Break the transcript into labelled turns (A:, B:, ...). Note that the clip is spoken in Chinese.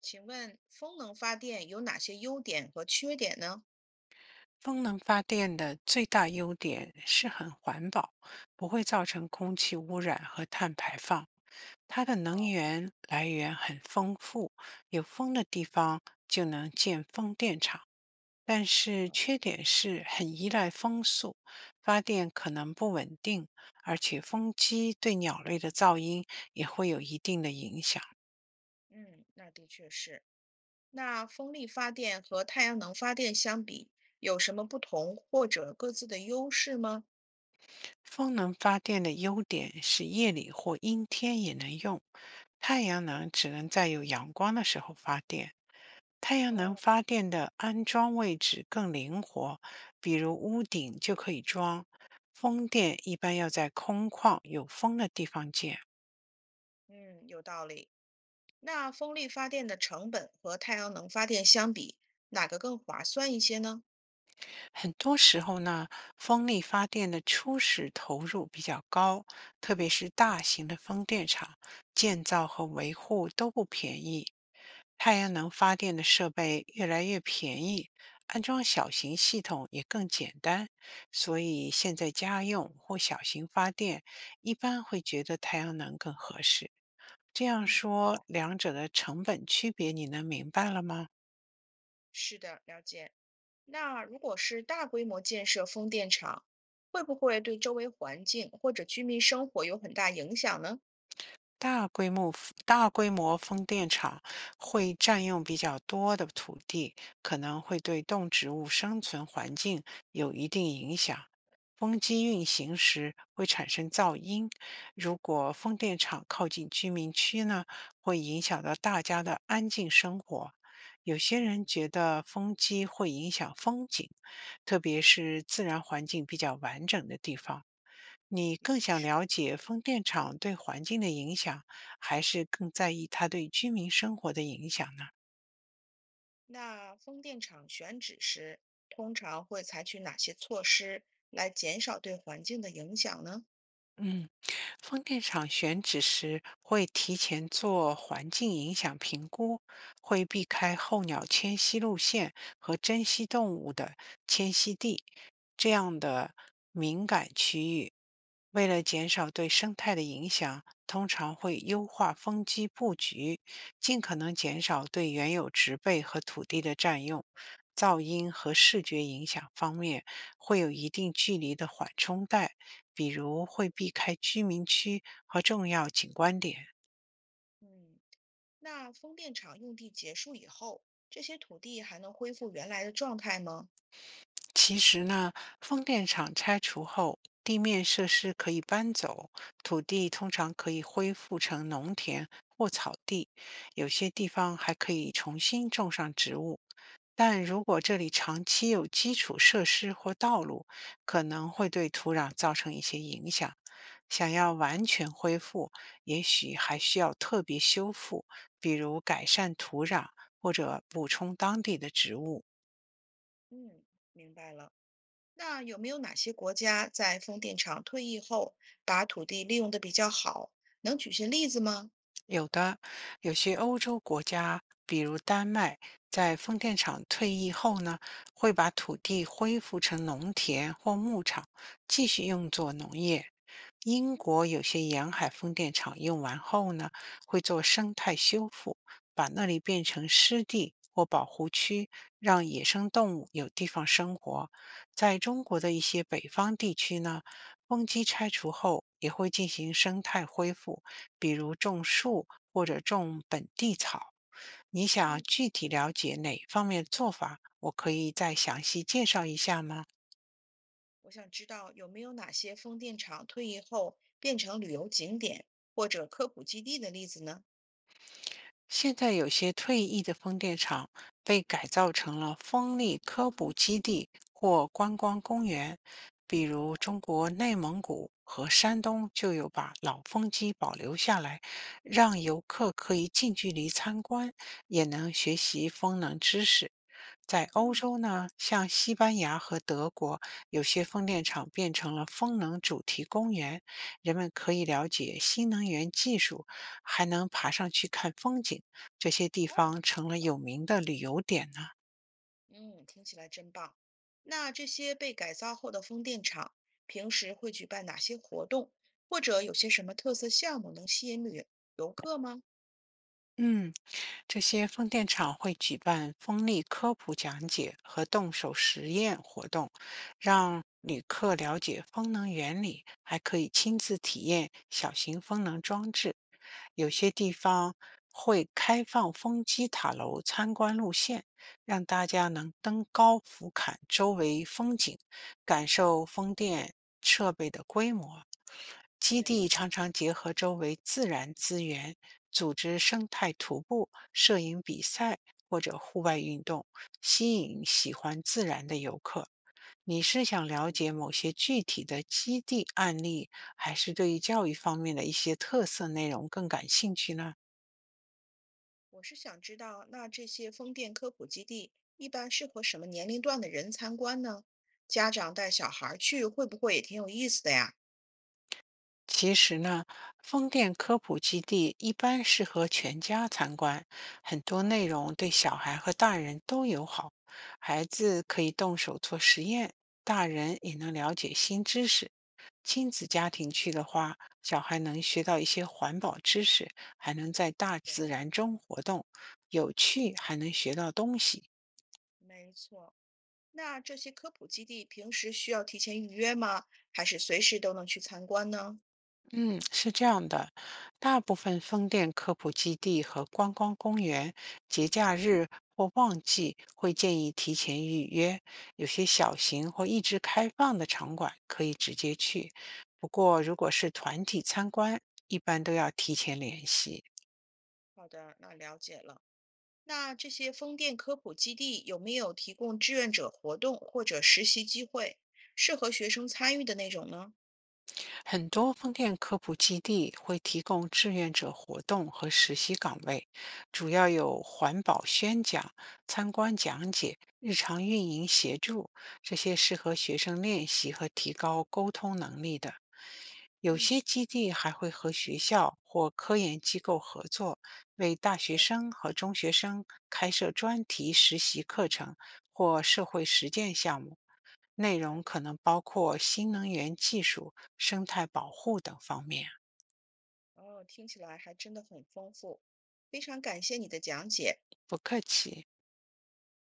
A: 请问风能发电有哪些优点和缺点呢？
B: 风能发电的最大优点是很环保，不会造成空气污染和碳排放。它的能
A: 哦。
B: 源来源很丰富，有风的地方就能建风电场。但是缺点是很依赖风速，发电可能不稳定，而且风机对鸟类的噪音也会有一定的影响。
A: 嗯，那的确是。那风力发电和太阳能发电相比，有什么不同或者各自的优势吗？
B: 风能发电的优点是夜里或阴天也能用，太阳能只能在有阳光的时候发电。太阳能
A: 哦。
B: 发电的安装位置更灵活，比如屋顶就可以装。风电一般要在空旷有风的地方建。
A: 嗯，有道理。那风力发电的成本和太阳能发电相比，哪个更划算一些呢？
B: 很多时候呢，风力发电的初始投入比较高，特别是大
A: 对。
B: 型的风电场，建造和维护都不便宜。太
A: 没
B: 阳
A: 错。
B: 能发电的设备越来越便宜，安装小型系统也更简单，所以现在家用或小型发电一般会觉得太阳能更合适。这样
A: 嗯，明
B: 说，
A: 白。
B: 两者的成本区别你能明白了吗？
A: 是的，了解。那如果是大规模建设风电场，会不会对周围环境或者居民生活有很大影响呢？
B: 大规模大规模风电场会占用比较多的土地，可能会对动植物生存环境有一定影响。风机运
A: 啊，
B: 行时会产生噪音，如果风电场靠近居民区呢，会影响到大家的安静生活。有些人觉得风机会影响风景，特别是自然环境比较完整的地方。你
A: 的确
B: 更想
A: 是。
B: 了解风电场对环境的影响，还是更在意它对居民生活的影响呢？
A: 那风电场选址时，通常会采取哪些措施来减少对环境的影响呢？
B: 嗯，风电场选址时会提前做环境影响评估，会避开候鸟迁徙路线和珍稀动物的迁徙地这样的敏感区域。为了减少对生态的影响，通常会优化风机布局，尽可能减少对原有植被和土地的占用。噪音和视觉影响方面会有一定距离的缓冲带，比如会避开居民区和重要景观点。
A: 嗯。那风电场用地结束以后，这些土地还能恢复原来的状态吗？
B: 其实呢，风电场拆除后，地面设施可以搬走，土地通常可以恢复成农田或草地，有些地方还可以重新种上植物。但
A: 嗯。
B: 如果这里长期有基础设施或道路，可能会对土壤造成一些影响。想要
A: 没，
B: 完全恢复，也许还需要特别修复，比如改善土壤或者补充当地的植物。
A: 嗯，明白了。那有没有哪些国家在风电场退役后，把土地利用的比较好？能举些例子吗？
B: 有的，有些欧洲国家，比如丹麦，在风电场退役后呢，会把土地恢复成农田或牧场，继续用作农业。英国有些沿海风电场用完后呢，会做生态修复，把那里变成湿地或保护区，让野生动物有地方生活。在中国的一些北方地区呢，风机拆除后也会进行生态恢复。比如种树或者种本地草。你想
A: 嗯，
B: 具体了解哪方面的做法？我可以再详细介绍一下吗？
A: 我想知道有没有哪些风电场退役后变成旅游景点或者科普基地的例子呢？
B: 现在有些退役的风电场被改造成了风力科普基地或观光公园，比如
A: 哦。
B: 中国内蒙古和山东就有把老风机保留下来，让游客可以近距离参观，也能学习风能知识。在欧
A: 嗯，
B: 洲
A: 好吧。
B: 呢，像西班牙和德国，有些风电场变成了风能主题公园，人们可以了解新能源技术，还能爬上去看风景，这些地
A: 哦，
B: 方
A: 太
B: 成
A: 好
B: 了
A: 了，
B: 有名的旅游点呢。
A: 嗯，听起来真棒。那这些被改造后的风电场，平时会举办哪些活动，或者有些什么特色项目能吸引旅游客吗？
B: 嗯，这些风电场会举办风力科普讲解和动手实验活动，让旅客了解风能原理，还可以亲自体验小型风能装置。有些地方会开放风机塔楼参观路线，让大家能登高俯瞰周围风景，感受风电设备的规模。基
A: 对。
B: 地常常结合周围自然资源，组织生态徒步、摄影比赛或者户外运动，吸引喜欢自然的游客。你是想了解某些具体的基地案例，还是对于教育方面的一些特色内容更感兴趣呢？
A: 我是想知道，那这些风电科普基地一般适合什么年龄段的人参观呢？家长带小孩儿去会不会也挺有意思的呀？
B: 其实呢，风电科普基地一般适合全家参观，很多
A: 哦。
B: 内容对小孩和大人都友好，孩
A: 嗯。
B: 子可以动手做实验，大人也能了解新知识。亲子家庭去的话，小孩能学到一些环保知识，还能在大
A: 对。
B: 自然中活动，有趣还能学到东西。
A: 没错。那这些科普基地平时需要提前预约吗？还是随时都能去参观呢？
B: 嗯，是这样的，大部分风电科普基地和观光公园节假日或旺季会建议提前预约，有些小型或一直开放的场馆可以直接去。不过，如果是团体参观，一般都要提前联系。
A: 好的，那了解了。那这些风电科普基地有没有提供志愿者活动或者实习机会，适合学生参与的那种呢？
B: 很多风电科普基地会提供志愿者活动和实习岗位，主要有环保宣讲、参观讲解、日常运营协助，这些适合学生练习和提高沟通能力的。有
A: 嗯。
B: 些基地还会和学校或科研机构合作，为大学生和中学生开设专题实习课程或社会实践项目。内容可能包括新能源技术、生态保护等方面。
A: 哦，听起来还真的很丰富，非常感谢你的讲解。
B: 不客气。